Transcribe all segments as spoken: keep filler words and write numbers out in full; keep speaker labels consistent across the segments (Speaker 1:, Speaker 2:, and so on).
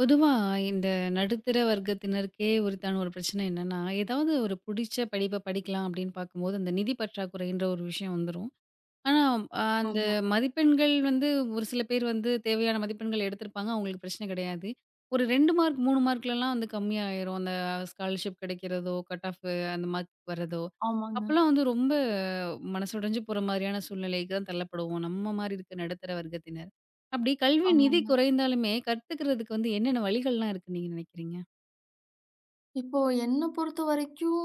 Speaker 1: பொதுவா இந்த நடுத்தர வர்க்கத்தினருக்கே உரித்தான ஒரு பிரச்சனை என்னன்னா, ஏதாவது ஒரு புடிச்ச படிப்ப படிக்கலாம் அப்படின்னு பார்க்கும்போது, அந்த நிதி பற்றாக்குறைன்ற ஒரு விஷயம் வந்துரும். ஆனா, அ அந்த
Speaker 2: ஆமா.
Speaker 1: மதிப்பெண்கள் வந்து ஒரு சில பேர் வந்து தேவையான மதிப்பெண்கள் எடுத்திருப்பாங்க. அவங்களுக்கு பிரச்சனை கிடையாது. ஒரு ரெண்டு மார்க், மூணு மார்க்லலாம் வந்து கம்மியாயிரும். அந்த ஸ்காலர்ஷிப் கிடைக்கிறதோ, கட் ஆஃப் அந்த மார்க் வர்றதோ,
Speaker 2: ஆமாங்க.
Speaker 1: அப்பலாம் வந்து ரொம்ப மனசுடைஞ்சு போற மாதிரியான சூழ்நிலைக்கு தான் தள்ளப்படுவோம். நம்ம மாரி இருக்க நடுத்தர வர்க்கத்தினர். அப்படி கல்வி நிதி
Speaker 2: ஆமாங்க.
Speaker 1: குறைந்தாலுமே கத்துக்கிறதுக்கு வந்து என்னென்ன வழிகள்லாம் இருக்குன்னு நீங்க நினைக்கிறீங்க?
Speaker 2: இப்போ என்ன பொறுத்தவரைக்கும்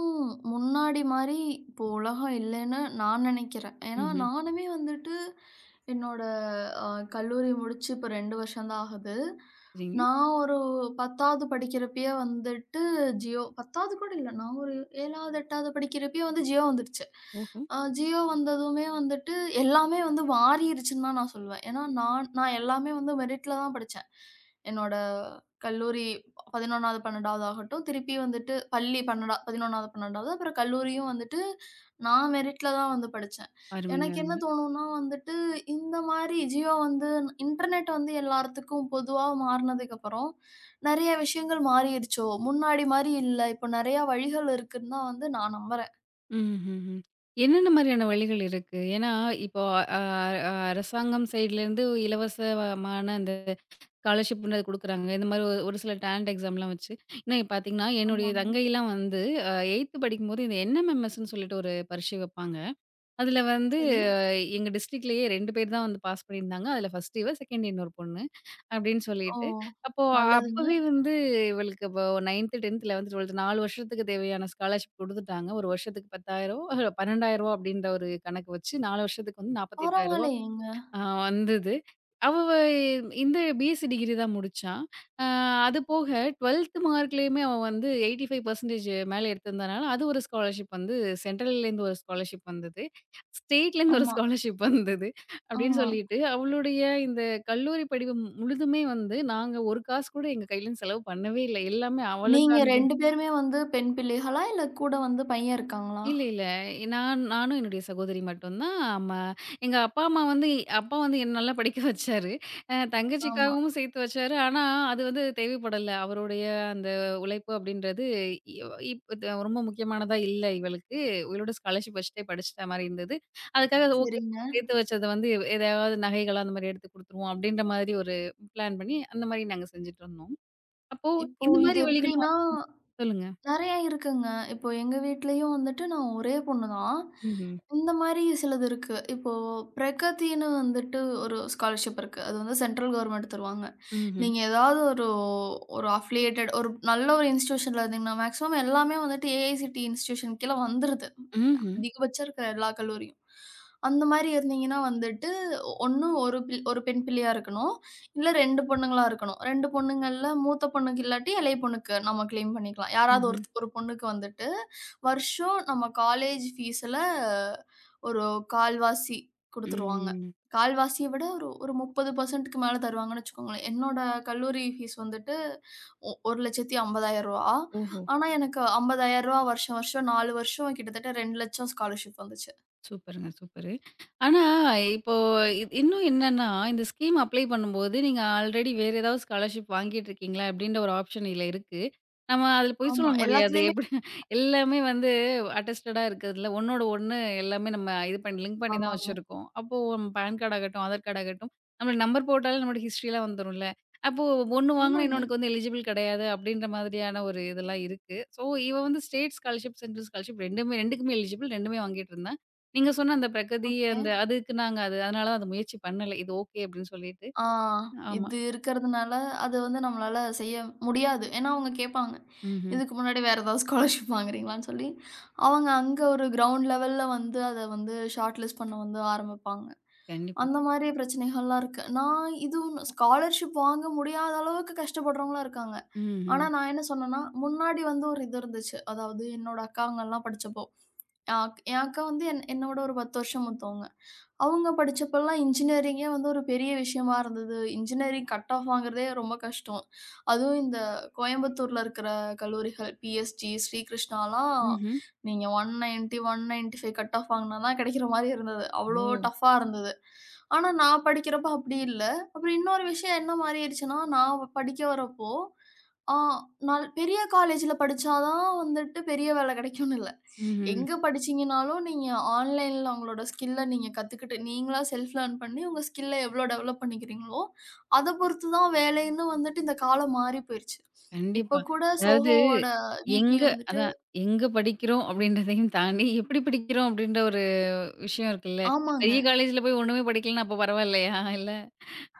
Speaker 2: முன்னாடி மாரி இப்போ உலகம் இல்லன்னு நான் நெனைக்கிறேன். ஏன்னா
Speaker 1: ம்ஹ்ம்.
Speaker 2: நானுமே வந்துட்டு என்னோட அ கல்லூரி முடிச்சு இப்ப ரெண்டு வருஷம் தான் ஆகுது.
Speaker 1: சரிங்க.
Speaker 2: நான் ஒரு 10வது படிக்கிறப்பயே வந்துட்டு ஜியோ 10வது கூட இல்ல. நான் ஒரு 7வது, 8வது படிக்கிறப்பயே வந்து ஜியோ வந்துருச்சு.
Speaker 1: ஓஹோ!
Speaker 2: அ ஜியோ வந்ததுமே வந்துட்டு எல்லாமே வந்து மாறிருச்சுன்னு தான் நான் சொல்லுவேன். ஏன்னா நான் நான் எல்லாமே வந்து மெரிட்ல தான் படிச்சேன். என்னோட கல்லூரி 11வது, 12வது ஆகட்டும். திருப்பி வந்துட்டு பள்ளி பன்னிரெண்டு 11வது, 12வது அப்புறம் கல்லூரியும் வந்துட்டு நான் மெரிட்ல தான் வந்து படிச்சேன்.
Speaker 1: அருமைங்க,
Speaker 2: எனக்கு என்ன
Speaker 1: அருமை.
Speaker 2: தோணும்னா வந்துட்டு, இந்த மாரி ஜியோ வந்து இன்டர்நெட் வந்து எல்லாத்துக்கும் பொதுவா மாறுனதுக்கப்புறம், நெறைய விஷயங்கள் மாறிருச்சோ! முன்னாடி மாரி இல்ல. இப்போ நெறைய வழிகள் இருக்குன்னு தான் வந்து நான் நம்புறேன்.
Speaker 1: ம்ஹ்ஹ்ம். என்னென்ன மாதிரியான வழிகள் இருக்கு? ஏன்னா, இப்போ அ அ அரசாங்கம் சைட்லேருந்து இலவசமான அந்த ஸ்காலர்ஷிப்ன்னு குடுக்குறாங்க. இந்த மாதிரி ஒரு ஒரு சில டேலண்ட் எக்ஸாம்லாம் வச்சு இன்னும் பார்த்தீங்கன்னா, என்னுடைய
Speaker 2: ஆமாங்க.
Speaker 1: தங்கைலாம் வந்து அ 8த் படிக்கும்போது இந்த என்எம்எம்எஸ்ன்னு சொல்லிட்டு ஒரு பரீட்சை வைப்பாங்க. அதில வந்து
Speaker 2: சரி.
Speaker 1: எங்க டிஸ்ட்ரிக்ட்லேயே ரெண்டு பேர் தான் வந்து பாஸ் பண்ணியிருந்தாங்க. அதில ஃபர்ஸ்ட் இவ, செகண்ட் இன்னொரு பொண்ணு. அப்படின்னு
Speaker 2: ஓ!
Speaker 1: சொல்லிட்டு. அப்போ
Speaker 2: நல்லதுங்க.
Speaker 1: அப்பவே வந்து இவளுக்கு இப்போ 9த், 10த், 11த், 12த் நாலு வருஷத்துக்கு தேவையான ஸ்காலர்ஷிப் குடுத்துட்டாங்க. ஒரு வருஷத்துக்கு ரூ. பத்தாயிரம் ரூ. பன்னெண்டாயிரம் அப்படின்ற ஒரு கணக்கு வச்சு நாலு வருஷத்துக்கு வந்து ரூ. நாற்பத்தெட்டாயிரம்
Speaker 2: பரவாயில்லையேங்க.
Speaker 1: ஆ வந்தது. அவ வ இந்த பிஎஸ்சி டிகிரி தான் முடிச்சா. அ அது போக 12த் மார்க்லயுமே அவ வந்து எண்பத்தி ஐந்து சதவீதம் மேல எடுத்திருந்தனால, அது ஒரு ஸ்காலர்ஷிப் வந்து சென்ட்ரல்லேருந்து ஒரு ஸ்காலர்ஷிப் வந்தது. ஸ்டேட்லேருந்து ஒரு
Speaker 2: ஆமா,
Speaker 1: ஸ்காலர்ஷிப் வந்தது. அப்படின்னு
Speaker 2: ஆமா.
Speaker 1: சொல்லிட்டு, அவளுடைய இந்த கல்லூரி படிப்பு முழுதுமே வந்து நாங்க ஒரு காசு கூட எங்க கையிலருந்து செலவு பண்ணவே இல்ல. எல்லாமே
Speaker 2: நீங்க
Speaker 1: அவளுக்கானது.
Speaker 2: ரெண்டு பேருமே வந்து பெண் பிள்ளைகளா? இல்ல கூட வந்து பையன் இருக்காங்களா?
Speaker 1: இல்ல, இல்ல. நான் நானும் என்னுடைய சகோதரி மட்டும் தான். ஆமா. எங்க அப்பா, அம்மா வந்து அப்பா வந்து என்ன நல்லா படிக்க வச்சாரு. அ
Speaker 2: ஆமா.
Speaker 1: தங்கச்சிக்காகவும் சேர்த்து வச்சாரு. ஆனா, அது வந்து தேவைப்படல. அவருடைய அந்த உழைப்பு அப்படின்றது இவ் இப் த ரொம்ப முக்கியமானதா இல்ல இவளுக்கு. இவளோட ஸ்காலர்ஷிப் வச்சுட்டே படிச்சுட்டா மாரி இருந்தது. அதுக்காக ஓகே
Speaker 2: சரிங்க.
Speaker 1: சேர்த்து வச்சத வந்து எதையாவது நகைகளா அந்த மாரி எடுத்து குடுத்துருவோம் அப்படின்ற மாதிரி ஒரு பிளான் பண்ணி, அந்த மாரி நாங்க செஞ்சுட்டு இருந்தோம். அப்போ
Speaker 2: இப்போ
Speaker 1: இந்த மாரி
Speaker 2: இது
Speaker 1: வழிகளும்
Speaker 2: எப்படின்னா,
Speaker 1: சொல்லுங்க.
Speaker 2: நெறைய இருக்குங்க. இப்போ எங்க வீட்லயும் வந்துட்டு நான் ஒரே பொண்ணு தான்.
Speaker 1: ம்ஹ்ம்.
Speaker 2: இந்த மாரி சிலது இருக்கு. இப்போ பிரகதின்னு வந்துட்டு ஒரு ஸ்காலர்ஷிப் இருக்கு. அது வந்து சென்ட்ரல் கவர்மெண்ட் தருவாங்க.
Speaker 1: ம்ஹ்ம்.
Speaker 2: நீங்க ஏதாவது ஒரு ஒரு அஃபிலியேட்டட் ஒரு நல்ல ஒரு இன்ஸ்டிடியூஷன்ல இருந்தீங்கன்னா மேக்ஸிமம் எல்லாமே வந்துட்டு ஏஐசிடி இன்ஸ்டிடியூஷன் கீழ வந்துருது.
Speaker 1: ம்ஹ்ம்.
Speaker 2: அதிகபட்சம் இருக்கிற எல்லா கல்லூரியும். அந்த மாரி இருந்தீங்கன்னா வந்துட்டு, ஒண்ணு ஒரு பிள் ஒரு பெண் பிள்ளையா இருக்கணும். இல்ல ரெண்டு பொண்ணுங்களா இருக்கணும். ரெண்டு பொண்ணுங்கள்ல மூத்த பொண்ணுக்கு இல்லாட்டி இளைய பொண்ணுக்கு நம்ம கிளைம் பண்ணிக்கலாம். யாராவது
Speaker 1: ம்ஹ்ம்.
Speaker 2: ஒரு ஒரு பொண்ணுக்கு வந்துட்டு, வருஷம் நம்ம காலேஜ் ஃபீஸ்ல ஒரு கால்வாசி குடுத்துருவாங்க.
Speaker 1: ம்.
Speaker 2: கால்வாசிய விட ஒரு ஒரு முப்பது சதவீதம் மேல தருவாங்கன்னு வச்சுக்கோங்களேன். என்னோட கல்லூரி ஃபீஸ் வந்துட்டு ஒ ரூ. ஒரு லட்சத்து ஐம்பதாயிரம்
Speaker 1: ஓஹோ!
Speaker 2: ஆனா, எனக்கு ரூ. ஐம்பதாயிரம் வருஷம் வருஷம் நாலு வருஷம் கிட்டத்தட்ட ரெண்டு லட்சம் ஸ்காலர்ஷிப் வந்துச்சு.
Speaker 1: சூப்பருங்க, சூப்பரு. ஆனா, இப்போ இ இன்னும் என்னன்னா, இந்த ஸ்கீம் அப்ளை பண்ணும்போது, நீங்க ஆல்ரெடி வேற ஏதாவது ஸ்காலர்ஷிப் வாங்கிட்டு இருக்கீங்களா? அப்டின்ற ஒரு ஆப்ஷன் இதுல இருக்கு. நம்ம அதுல பொய் சொல்ல
Speaker 2: ஆமா.
Speaker 1: முடியாது.
Speaker 2: எல்லாத்துலயுமே
Speaker 1: எப்படி எல்லாமே வந்து அட்டெஸ்டடா இருக்கிறதுல, ஒண்ணோட ஒண்ணு எல்லாமே நம்ம இது பண்ணி லிங்க் பண்ணி தான்
Speaker 2: ஆமாங்க.
Speaker 1: வச்சிருக்கோம். அப்போ பான் கார்ட் ஆகட்டும், ஆதார் கார்ட் ஆகட்டும், நம்மளோட நம்பர் போட்டாலே நம்மளோட ஹிஸ்ட்ரிலாம் வந்துரும்ல. அப்போ ஒண்ணு வாங்குனா
Speaker 2: ஆமாங்க.
Speaker 1: இன்னொன்னுக்கு வந்து எலிஜிபிள் கிடையாது அப்டின்ற மாதிரியான ஒரு இதெல்லாம் இருக்கு. ஸோ, இவ வந்து ஸ்டேட் ஸ்காலர்ஷிப், சென்ட்ரல் ஸ்காலர்ஷிப் 2மே 2க்குமே எலிஜிபிள் 2மே வாங்கிட்டு இருந்தா. நீங்க சொன்ன அந்த பிரகதி,
Speaker 2: ஓகே.
Speaker 1: அந்த அதுக்கு நாங்க அது அதனால தான் அத முயற்சி பண்ணல. இது ஓகே அப்படின்னு சொல்லிட்டு.
Speaker 2: ஆ
Speaker 1: ஆமா.
Speaker 2: இது இருக்கிறதுனால அது வந்து நம்மளால செய்ய முடியாது. ஏன்னா, அவங்க கேட்பாங்க.
Speaker 1: ம்ஹ்ம்.
Speaker 2: இதுக்கு முன்னாடி வேற ஏதாவது ஸ்காலர்ஷிப் வாங்குறீங்களான்னு சொல்லி, அவங்க அங்க ஒரு கிரவுண்ட் லெவல்ல வந்து அத வந்து ஷார்ட் லிஸ்ட் பண்ண வந்து ஆரம்பிப்பாங்க.
Speaker 1: கண்டிப்பா.
Speaker 2: அந்த மாரி பிரச்சனைகள்லாம் இருக்கு. நான் இதுவும் ஸ்காலர்ஷிப் வாங்க முடியாத அளவுக்கு கஷ்டப்படுறவங்களும் இருக்காங்க.
Speaker 1: ம்ஹ்ம்.
Speaker 2: ஆனா, நான் என்ன சொன்னேன்னா, முன்னாடி வந்து ஒரு இது இருந்துச்சு. அதாவது என்னோட அக்காங்கலாம் படிச்சப்போ, அ என் அக்கா வந்து என் என்னோட ஒரு பத்து வருஷம் மூத்தவங்க. அவங்க படிச்சப்பலாம் இன்ஜினியரிங்கே வந்து ஒரு பெரிய விஷயமா இருந்தது. இன்ஜினியரிங் கட் ஆஃப் வாங்குறதே ரொம்ப கஷ்டம். அதுவும் இந்த கோயம்புத்தூர்ல இருக்கிற கல்லூரிகள் பிஎஸ்ஜி, ஸ்ரீகிருஷ்ணாலாம்
Speaker 1: ம்ஹ்ம்.
Speaker 2: நீங்க நூத்தி தொண்ணூறு, நூத்தி தொண்ணூத்தி ஐந்து கட் ஆஃப் வாங்குனா தான் கிடைக்கிற மாரி இருந்தது. அவ்ளோ
Speaker 1: ஓ!
Speaker 2: டஃப்பா இருந்தது. ஆனா, நான் படிக்கிறப்ப அப்படி இல்ல. அப்புறம் இன்னொரு விஷயம் என்ன மாறிடுச்சுன்னா, நான் வ படிக்க வரப்போ, ஆ நான் பெரிய காலேஜ்ல படிச்சா தான் வந்துட்டு பெரிய வேலை கிடைக்கும்னு இல்ல.
Speaker 1: ம்ஹ்ம்.
Speaker 2: எங்க படிச்சீங்கனாலும் நீங்க ஆன்லைன்ல அவங்களோட ஸ்கில்ல நீங்க கத்துக்கிட்டு, நீங்களா செல்ஃப் லேர்ன் பண்ணி உங்க ஸ்கில்ல எவ்ளோ டெவலப் பண்ணிக்கிறீங்களோ, அத பொறுத்து தான் வேலைன்னு வந்துட்டு இந்த காலம் மாறி போயிருச்சு.
Speaker 1: கண்டிப்பா.
Speaker 2: இப்ப கூட
Speaker 1: அதாவது
Speaker 2: சோஹோவோட விபி
Speaker 1: எங்க
Speaker 2: வந்துட்டு
Speaker 1: அதான் எங்க படிக்கிறோம் அப்படின்றதையும் தாண்டி, எப்படி படிக்கிறோம் அப்படின்ற ஒரு விஷயம் இருக்குல்ல.
Speaker 2: ஆமாங்க.
Speaker 1: பெரிய காலேஜ்ல போய் ஒண்ணுமே படிக்கலன்னா அப்ப பரவாயில்லையா? இல்ல.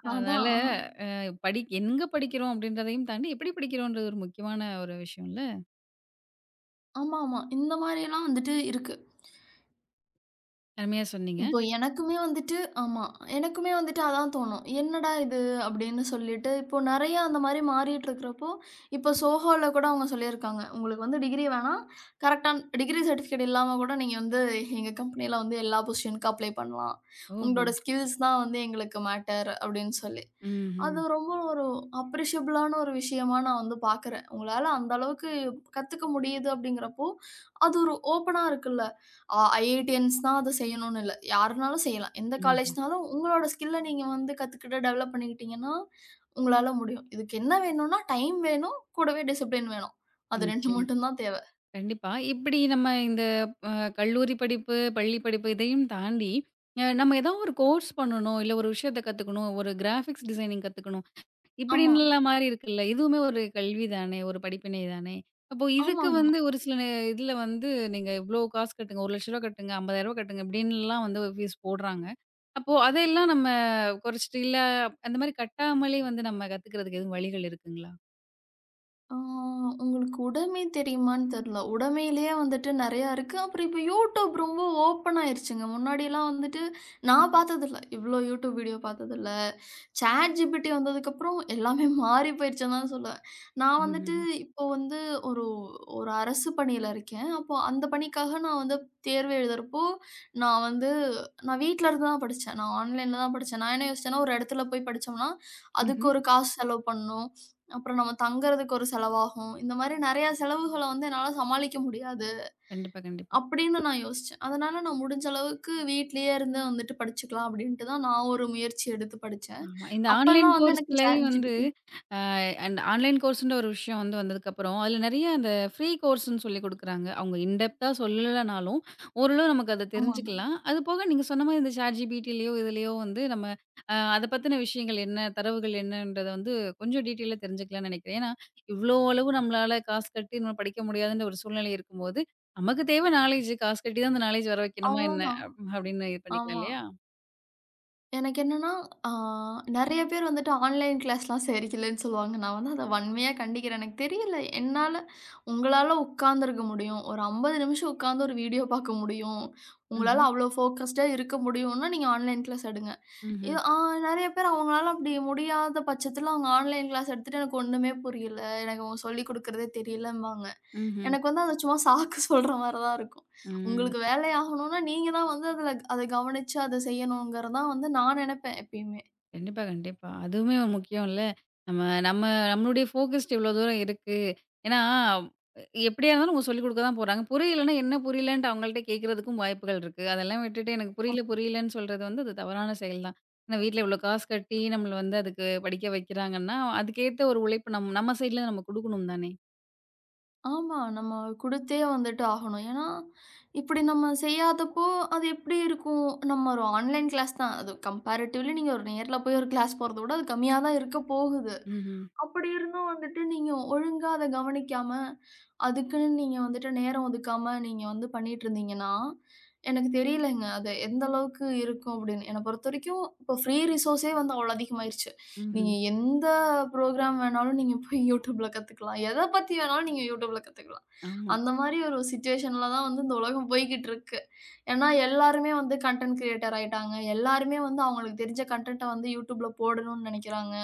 Speaker 1: அதனால
Speaker 2: அதான்.
Speaker 1: அ படி எங்க படிக்கிறோம் அப்படின்றதையும் தாண்டி, எப்படி படிக்கிறோம்ன்றது ஒரு முக்கியமான ஒரு விஷயம்ல.
Speaker 2: ஆமாமா. இந்த மாரிலாம் வந்துட்டு இருக்கு.
Speaker 1: அருமையா சொன்னீங்க.
Speaker 2: இப்போ எனக்குமே வந்துட்டு ஆமா. எனக்குமே வந்துட்டு அதான் தோணும். "என்னடா இது?" அப்படின்னு சொல்லிட்டு, இப்போ நெறையா அந்த மாரி மாறிட்டுருக்கிறப்போ, இப்போ சோஹோல கூட அவங்க சொல்லியிருக்காங்க. "உங்களுக்கு வந்து டிகிரி வேணாம். கரெக்டான டிகிரி சர்டிஃபிகேட் இல்லாம கூட நீங்க வந்து எங்க கம்பெனியில வந்து எல்லா பொசிஷனுக்கும் அப்ளை பண்ணலாம்.
Speaker 1: ஓஹோ!
Speaker 2: உங்களோட ஸ்கில்ஸ் தான் வந்து எங்களுக்கு மேட்டர்." அப்படின்னு சொல்லி.
Speaker 1: ம்ஹ்ம்.
Speaker 2: அது ரொம்ப ஒரு அப்ரிஷியபிளான ஒரு விஷயமா நான் வந்து பார்க்குறேன். உங்களால அந்த அளவுக்கு கத்துக்க முடியுது அப்படிங்கிறப்போ, அது ஒரு ஓப்பனா இருக்குல்ல. ஆ ஐஐடியன்ஸ் தான் அத செய்யணும்னு இல்ல. யாருனாலும் செய்யலாம். எந்த
Speaker 1: ம்ஹ்ம்.
Speaker 2: காலேஜ்னாலும் உங்களோட ஸ்கில்ல நீங்க வந்து கத்துக்கிட்டு டெவலப் பண்ணிக்கிட்டீங்கன்னா, உங்களால முடியும். இதுக்கு என்ன வேணும்னா, டைம் வேணும். கூடவே டிசிப்ளின் வேணும். அது ரெண்டு
Speaker 1: நிச்சயமா.
Speaker 2: மட்டும் தான் தேவை.
Speaker 1: கண்டிப்பா. இப்படி நம்ம இந்த அ கல்லூரி படிப்பு, பள்ளி படிப்பு இதையும் தாண்டி, அ நம்ம ஏதோ ஒரு கோர்ஸ் பண்ணணும், இல்ல ஒரு விஷயத்த கத்துக்கணும், ஒரு கிராஃபிக்ஸ் டிசைனிங் கத்துக்கணும்,
Speaker 2: ஆமா.
Speaker 1: இப்படின்லாம் மாறி இருக்குல்ல. இதுவுமே ஒரு கல்வி தானே, ஒரு படிப்பினை தானே. அப்போ இதுக்கு
Speaker 2: ஆமாமா.
Speaker 1: வந்து ஒரு சில நே இதுல வந்து நீங்க இவ்ளோ காசு கட்டுங்க, ரூ. ஒரு லட்சம் கட்டுங்க, ரூ. ஐம்பதாயிரம் கட்டுங்க இப்படின்லாம் வந்து ஒரு ஃபீஸ் போடுறாங்க. அப்போ அதையெல்லாம் நம்ம குறைச்சிட்டு, இல்ல அந்த மாரி கட்டாமலே வந்து நம்ம கத்துக்கிறதுக்கு எதுவும் வழிகள் இருக்குங்களா?
Speaker 2: ஆ உங்களுக்கு உடமை தெரியுமான்னு தெரியல. உடமையிலேயே வந்துட்டு நெறையா இருக்கு. அப்புறம் இப்ப YouTube ரொம்ப ஓப்பன் ஆயிருச்சுங்க. முன்னாடிலாம் வந்துட்டு நான் பார்த்ததில்ல. இவ்ளோ YouTube வீடியோ பார்த்ததில்ல. ChatGPT வந்ததுக்கப்புறம் எல்லாமே மாறி போயிருச்சுன்னு தான் சொல்லுவேன். நான் வந்துட்டு
Speaker 1: ம்ஹ்ம்.
Speaker 2: இப்போ வந்து ஒரு ஒரு அரசு பணியில இருக்கேன். அப்போ அந்த பணிக்காக நான் வந்து தேர்வு எழுதுறப்போ, நான் வந்து நான் வீட்ல இருந்து தான் படிச்சேன். நான் ஆன்லைன்ல தான் படிச்சேன். நான் என்ன யோசிச்சேன்னா, ஒரு இடத்துல போய் படிச்சோம்னா, அதுக்கு
Speaker 1: ம்ஹ்ம்.
Speaker 2: ஒரு காசு செலவு பண்ணணும். அப்புறம் நம்ம தங்குறதுக்கு ஒரு செலவாகும். இந்த மாரி நெறையா செலவுகள வந்து என்னால சமாளிக்க முடியாது.
Speaker 1: கண்டிப்பா, கண்டிப்பா.
Speaker 2: அப்படின்னு நான் யோசிச்சேன். அதனால நான் முடிஞ்ச அளவுக்கு வீட்லயே இருந்து வந்துட்டு படிச்சுக்கலாம் அப்படின்ட்டு தான் நான் ஒரு முயற்சி எடுத்து படிச்சேன்.
Speaker 1: ஆமா. இந்த ஆன்லைன்
Speaker 2: அப்பல்லாம் வந்து எனக்கு Chat
Speaker 1: கோர்ஸ்லயும் வந்து
Speaker 2: ஜி பி டி
Speaker 1: அ அந்த ஆன்லைன் கோர்ஸ்ன்ற ஒரு விஷயம் வந்து வந்ததுக்கப்புறம், அதுல நெறைய அந்த ஃப்ரீ கோர்ஸ்ன்னு சொல்லிக் குடுக்குறாங்க. அவங்க இன் டெப்த்தா சொல்லலனாலும், ஓரளவு நமக்கு அத
Speaker 2: ஆமாங்க.
Speaker 1: தெரிஞ்சுக்கலாம். அது போக நீங்க சொன்ன மாரி இந்த ChatGPTலயோ, இதுலயோ வந்து நம்ம அ அத பத்தின விஷயங்கள் என்ன, தரவுகள் என்னன்றத வந்து கொஞ்சம் டீட்டெயிலா தெரிஞ்சுக்கலாம்னு நெனைக்கிறேன். ஏன்னா, இவ்ளோ அளவு நம்மளால காசு கட்டி நம்ம படிக்க முடியாதுன்ற ஒரு சூழ்நிலை இருக்கும்போது, நமக்கு தேவை நாலேட்ஜ். காசு கட்டி தான் அந்த நாலேட்ஜ் வர வைக்கணுமா என்ன?
Speaker 2: அவ்வளோதான்.
Speaker 1: அப் அப்படின்னு இது பண்ணிக்கலாம்
Speaker 2: ஆமா.
Speaker 1: இல்லையா?
Speaker 2: எனக்கு என்னன்னா, ஆ நெறைய பேர் வந்துட்டு ஆன்லைன் கிளாஸ்லாம் சரிக்கில்லன்னு சொல்லுவாங்க. நான் வந்து அத வன்மையா கண்டிக்கிறேன். எனக்கு தெரியல என்னால உங்களால உட்கார்ந்திருக்க முடியும். ஒரு ஐம்பது நிமிஷம் உட்கார்ந்து ஒரு வீடியோ பார்க்க முடியும்.
Speaker 1: ம்ஹ்ம்.
Speaker 2: உங்களால அவ்வளோ ஃபோக்கஸ்டா இருக்க முடியும்னா, நீங்க ஆன்லைன் கிளாஸ் எடுங்க.
Speaker 1: ம்ஹ்ம்.
Speaker 2: இது ஆ நெறைய பேர் அவங்களால அப்படி முடியாத பட்சத்துல அவங்க ஆன்லைன் கிளாஸ் எடுத்துட்டு எனக்கு ஒண்ணுமே புரியல. எனக்கு அவங்க சொல்லிக் குடுக்குறதே தெரியலம்பாங்க.
Speaker 1: ம்ஹ்ம்.
Speaker 2: எனக்கு வந்து அது சும்மா சாக்கு சொல்ற மாரி தான் இருக்கும்.
Speaker 1: ம்.
Speaker 2: உங்களுக்கு வேலை ஆகணும்னா, நீங்க தான் வந்து அதுல அத கவனிச்சு அத செய்யணுங்கிறது தான் வந்து நான் நெனப்பேன் எப்பயுமே.
Speaker 1: கண்டிப்பா, கண்டிப்பா. அதுவுமே ஒரு முக்கியம் இல்ல. நம்ம நம்ம நம்மளுடைய ஃபோகஸ்டு இவ்ளோ தூரம் இருக்கு. ஏன்னா, எப்படியா இருந்தாலும் அவங்க சொல்லிக் குடுக்க தான் போறாங்க. புரியலன்னா என்ன புரியலன்ட்டு அவங்கள்ட்ட கேட்கறதுக்கும் வாய்ப்புகள் இருக்கு. அதெல்லாம் விட்டுட்டு எனக்கு புரியல, புரியலன்னு சொல்றது வந்து அது தவறான செயல் தான். ஏன்னா வீட்ல இவ்ளோ காசு கட்டி நம்மள வந்து அதுக்கு படிக்க வைக்கிறாங்கன்னா, அதுக்கேத்த ஒரு உழைப்பு நம் நம்ம சைட்ல நம்ம குடுக்கணும் தானே!
Speaker 2: ஆமா, நம்ம குடுத்தே வந்துட்டு ஆகணும். ஏன்னா, இப்படி நம்ம செய்யாதப்போ, அது எப்படி இருக்கும்? நம்ம ஒரு ஆன்லைன் கிளாஸ் தான். அது கம்பேரிட்டிவ்லி நீங்க ஒரு நேர்ல போய் ஒரு கிளாஸ் போறத விட, அது கம்மியா தான் இருக்க போகுது.
Speaker 1: ம்ஹ்ம்.
Speaker 2: அப்படி இருந்தும் வந்துட்டு நீங்க ஒழுங்கா அத கவனிக்காம, அதுக்குன்னு நீங்க வந்துட்டு நேரம் ஒதுக்காம நீங்க வந்து பண்ணிட்டுருந்தீங்கன்னா, எனக்கு தெரியலங்க. அது எந்த அளவுக்கு இருக்கும் அப்படின்னு. என்ன பொறுத்தவரைக்கும் இப்போ ஃப்ரீ ரிசோர்ஸே வந்து அவ்வளோ அதிகமாயிருச்சு. நீங்க
Speaker 1: ம்ஹ்ம்.
Speaker 2: எந்த புரோகிராம் வேணாலும் நீங்க போய் YouTubeல கத்துக்கலாம். எத பத்தி வேணாலும் நீங்க YouTubeல கத்துக்கலாம்.
Speaker 1: ஆமா,
Speaker 2: அந்த மாரி ஒரு சிச்சுவேஷன்ல தான் வந்து இந்த உலகம் போய்க்கிட்டு இருக்கு. ஏன்னா எல்லாருமே வந்து கன்டென்ட் கிரியேட்டர் ஆயிட்டாங்க. எல்லாருமே வந்து அவங்களுக்கு தெரிஞ்ச கன்டென்ட்ட வந்து YouTubeல போடணும்னு நெனைக்கிறாங்க.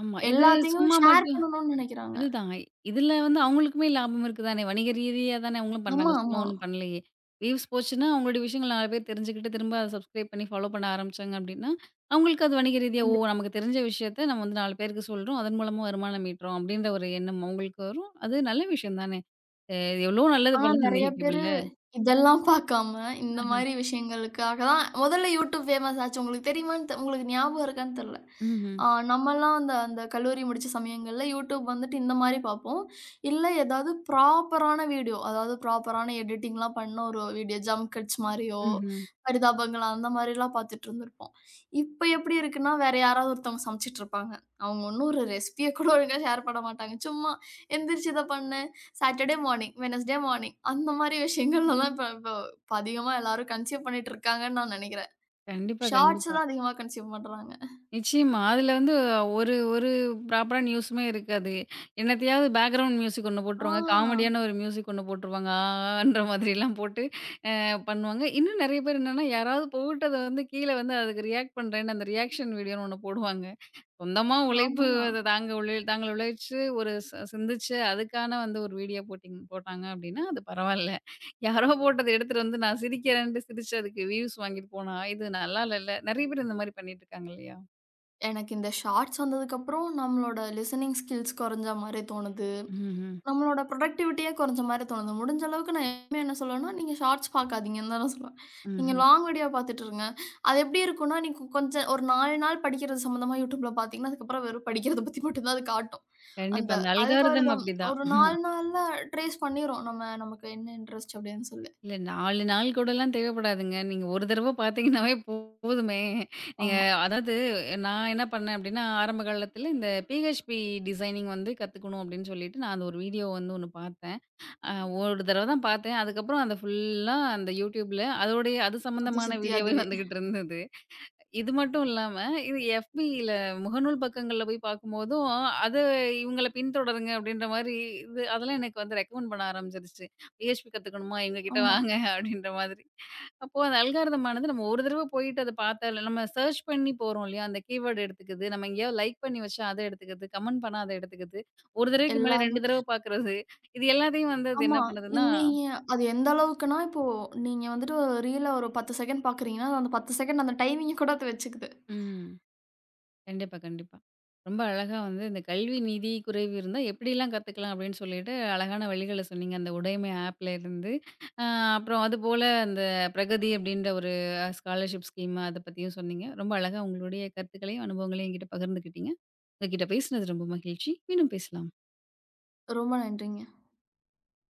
Speaker 1: ஆமா. இது
Speaker 2: எல்லாத்தையும்
Speaker 1: சும்மா
Speaker 2: ஷேர்
Speaker 1: மட்டும்
Speaker 2: பண்ணணும்னு நெனைக்கிறாங்க.
Speaker 1: அதுதான். இதுல வந்து அவங்களுக்குமே லாபம் இருக்கு தானே! வணிக ரீதியா தானே அவங்களும் பண்றாங்க.
Speaker 2: ஆமா,
Speaker 1: சும்மா
Speaker 2: ஆமா.
Speaker 1: ஒண்ணும் பண்ணலயே! வியூஸ் போச்சுன்னா, அவங்களுடைய விஷயங்கள் நாலு பேர் தெரிஞ்சுக்கிட்டு, திரும்ப அத சப்ஸ்கிரைப் பண்ணி ஃபாலோ பண்ண ஆரம்பிச்சாங்க அப்டின்னா, அவங்களுக்கு அது வணிக ரீதியா, "ஓ!
Speaker 2: கண்டிப்பா.
Speaker 1: நமக்கு தெரிஞ்ச விஷயத்த நம்ம வந்து நாலு பேருக்கு சொல்றோம். அதன் மூலமா வருமானம் ஈட்டுறோம்." அப்டின்ற ஒரு எண்ணம் அவங்களுக்கு வரும். அது நல்ல விஷயம் தானே! அ எவ்ளோ நல்லது
Speaker 2: ஆனா
Speaker 1: பண்ணுது இந்த
Speaker 2: நெறைய பேரு
Speaker 1: யூடியூப்ல.
Speaker 2: இதெல்லாம் பார்க்காம, இந்த மாரி விஷயங்களுக்காக தான் முதல்ல YouTube ஃபேமஸ் ஆச்சு. உங்களுக்கு தெரியுமான்னு தெ உங்களுக்கு ஞாபகம் இருக்கான்னு தெர்ல.
Speaker 1: ம்ஹ்ம்.
Speaker 2: ஆ நம்மலாம் அந்த அந்த கல்லூரி முடிச்ச சமயங்கள்ல YouTube வந்துட்டு இந்த மாரி பார்ப்போம். இல்ல ஏதாவது ப்ராப்பரான வீடியோ, அதாவது ப்ராப்பரான எடிட்டிங்லாம் பண்ண ஒரு வீடியோ, ஜம்ப் கட்ஸ் மாரியோ,
Speaker 1: ம்ஹ்ம்.
Speaker 2: பரிதாபங்கள் அந்த மாரிலாம் பார்த்துட்டு இருந்திருப்போம். இப்ப எப்படி இருக்குன்னா, வேற யாராவது ஒருத்தவங்க சமைச்சிட்டு இருப்பாங்க. அவங்க ஒண்ணும் ஒரு ரெசிபிய கூட ஒழுங்கா ஷேர் பண்ண மாட்டாங்க. சும்மா எந்திரிச்சு இத பண்ணு. சாட்டர்டே மார்னிங், வெட்னஸ்டே மார்னிங் அந்த மாரி விஷயங்கள்லலாம் இப்ப இப்ப இப்ப அதிகமா எல்லாரும் கன்சியூம் பண்ணிட்டு இருக்காங்கன்னு நான் நெனைக்கிறேன்.
Speaker 1: கண்டிப்பா,
Speaker 2: ஷார்ட்ஸ்
Speaker 1: கண்டிப்பா.
Speaker 2: தான் அதிகமா கன்சியூம் பண்றாங்க.
Speaker 1: நிச்சயமா. அதுல வந்து ஒரு ஒரு ப்ராப்பரான நியூஸுமே இருக்காது. என்னத்தையாவது பேக்கிரவுண்ட் மியூசிக் ஒண்ணு
Speaker 2: ஆ,
Speaker 1: போட்டுருவாங்க. காமெடியான ஒரு மியூசிக் ஒண்ணு போட்டுருவாங்க. ஆ ஆன்ற மாதிரிலாம் போட்டு அ பண்ணுவாங்க. இன்னும் நெறைய பேர் என்னன்னா, யாராவது போட்டத வந்து கீழ வந்து அதுக்கு ரியாக்ட் பண்றேன்னு அந்த ரியாக்ஷன் வீடியோன்னு ஒண்ணு போடுவாங்க. சொந்தமா உழைப்பு
Speaker 2: ஆமா.
Speaker 1: அத தாங்க உழை தாங்கள் உழைச்சு ஒரு ச சிந்திச்சு அதுக்கான வந்து ஒரு வீடியோ போட்டிங் போட்டாங்க அப்டின்னா, அது பரவால்ல. யாரோ போட்டத எடுத்துட்டு வந்து நான் சிரிக்கிறேன்ட்டு சிரிச்சு அதுக்கு வியூஸ் வாங்கிட்டு போனா, இது நல்லா இல்லல. நெறைய பேர் இந்த மாரி பண்ணிட்டு இருக்காங்க இல்லையா?
Speaker 2: எனக்கு இந்த ஷார்ட்ஸ் வந்ததுக்கப்புறம் நம்மளோட லிசனிங் ஸ்கில்ஸ் கொறஞ்ச மாரி தோணுது.
Speaker 1: ம்ஹ்ம்,
Speaker 2: நம்மளோட ப்ரொடக்டிவிட்டியே கொறஞ்ச மாரி தோணுது. முடிஞ்ச அளவுக்கு நான் எப்பவுமே என்ன சொல்லுவேன்னா, நீங்க ஷார்ட்ஸ் பாக்காதீங்கன்னு தான் நான் சொல்லுவேன். நீங்க
Speaker 1: ம்ஹ்ம்.
Speaker 2: லாங் வீடியோ பாத்துட்டு இருங்க. அது எப்படி இருக்கும்னா, நீங்க கொஞ்சம் ஒரு நாலு நாள் படிக்கிறது சம்மந்தமா YouTubeல பாத்தீங்கன்னா, அதுக்கப்புறம் வெறும் படிக்கிறத பத்தி மட்டும் தான் அது காட்டும்.
Speaker 1: கண்டிப்பா.
Speaker 2: அந்த
Speaker 1: அந்த அல்காரிதம்
Speaker 2: அல்காரிதம்
Speaker 1: அப்படிதான்.
Speaker 2: ஒரு
Speaker 1: ஆமா.
Speaker 2: நாலு நாள்ல ட்ரேஸ் பண்ணிரும். நம்ம நமக்கு என்ன இன்ட்ரெஸ்ட் அப்படின்னு சொல்லி.
Speaker 1: இல்ல நாலு நாள் கூடலாம் தேவைப்படாதுங்க. நீங்க ஒரு தடவ பார்த்தீங்கன்னாவே போதுமே. நீங்க
Speaker 2: ஆமா.
Speaker 1: அதாவது நான் என்ன பண்ணேன் அப்படின்னா, ஆரம்ப காலத்தில இந்த பி எச் பி டிசைனிங் வந்து கத்துக்கணும் அப்படின்னு சொல்லிட்டு, நான் அந்த ஒரு வீடியோ வந்து ஒண்ணு பார்த்தேன். அ ஒரு தடவ தான் பார்த்தேன். அதுக்கப்புறம் அந்த ஃபுல்லா அந்த YouTubeல அதோடைய அது
Speaker 2: சுத்தி
Speaker 1: சம்மந்தமான
Speaker 2: சுத்தி
Speaker 1: வீடியோவே
Speaker 2: அதுவே.
Speaker 1: வந்துகிட்டு இருந்தது. இது மட்டும் இல்லாம, இது எஃபில முகநூல் பக்கங்கள்ல போய் பார்க்கும்போதும், அது இவங்கள பின்தொடருங்க அப்படின்ற மாரி இது அதெல்லாம் எனக்கு வந்து ரெக்கமெண்ட் பண்ண ஆரம்பிச்சுருச்சு. பி எச் பி கத்துக்கணுமா? இவங்க கிட்ட
Speaker 2: ஆமா.
Speaker 1: வாங்க அப்படின்ற மாதிரி. அப்போ அந்த அல்காரிதம் ஆனது நம்ம ஒரு தடவ போயிட்டு அத பார்த்தாலே நம்ம சர்ச் பண்ணி போறோம் இல்லையா? அந்த கீவேர்ட் எடுத்துக்குது. நம்ம எங்கேயாவது லைக் பண்ணி வச்சா அத எடுத்துக்குது. கமெண்ட் பண்ணா அத எடுத்துக்குது. ஒரு தடவைக்கு மேல
Speaker 2: எல்லாமே.
Speaker 1: ரெண்டு தடவ பார்க்குறது. இது எல்லாத்தையும் வந்து அது
Speaker 2: ஆமா.
Speaker 1: என்ன பண்ணுதுன்னா
Speaker 2: நீங்க அது எந்த அளவுக்குன்னா, இப்போ நீங்க வந்துட்டு ரீல ஒரு பத்து செகண்ட் பாக்குறீங்கன்னா, அந்த பத்து செகண்ட் அந்த டைமிங்க கூட அது வச்சுக்குது.
Speaker 1: ம். கண்டிப்பா, கண்டிப்பா. ரொம்ப அழகா வந்து இந்த கல்வி நிதி குறைவு இருந்தா எப்படிலாம் கத்துக்கலாம் அப்படின்னு சொல்லிட்டு அழகான வழிகள சொன்னீங்க. அந்த உடைமை ஆப்ல இருந்து, அ அப்புறம் அதுபோல அந்த பிரகதி அப்படின்ற ஒரு ஸ்காலர்ஷிப் ஸ்கீம் அத பத்தியும் சொன்னீங்க. ரொம்ப அழகா உங்களுடைய கருத்துக்களையும், அனுபவங்களையும் என்கிட்ட பகிர்ந்துக்கிட்டீங்க. உங்ககிட்ட பேசினது ரொம்ப மகிழ்ச்சி. மீண்டும் பேசலாம்.
Speaker 2: ரொம்ப நன்றிங்க.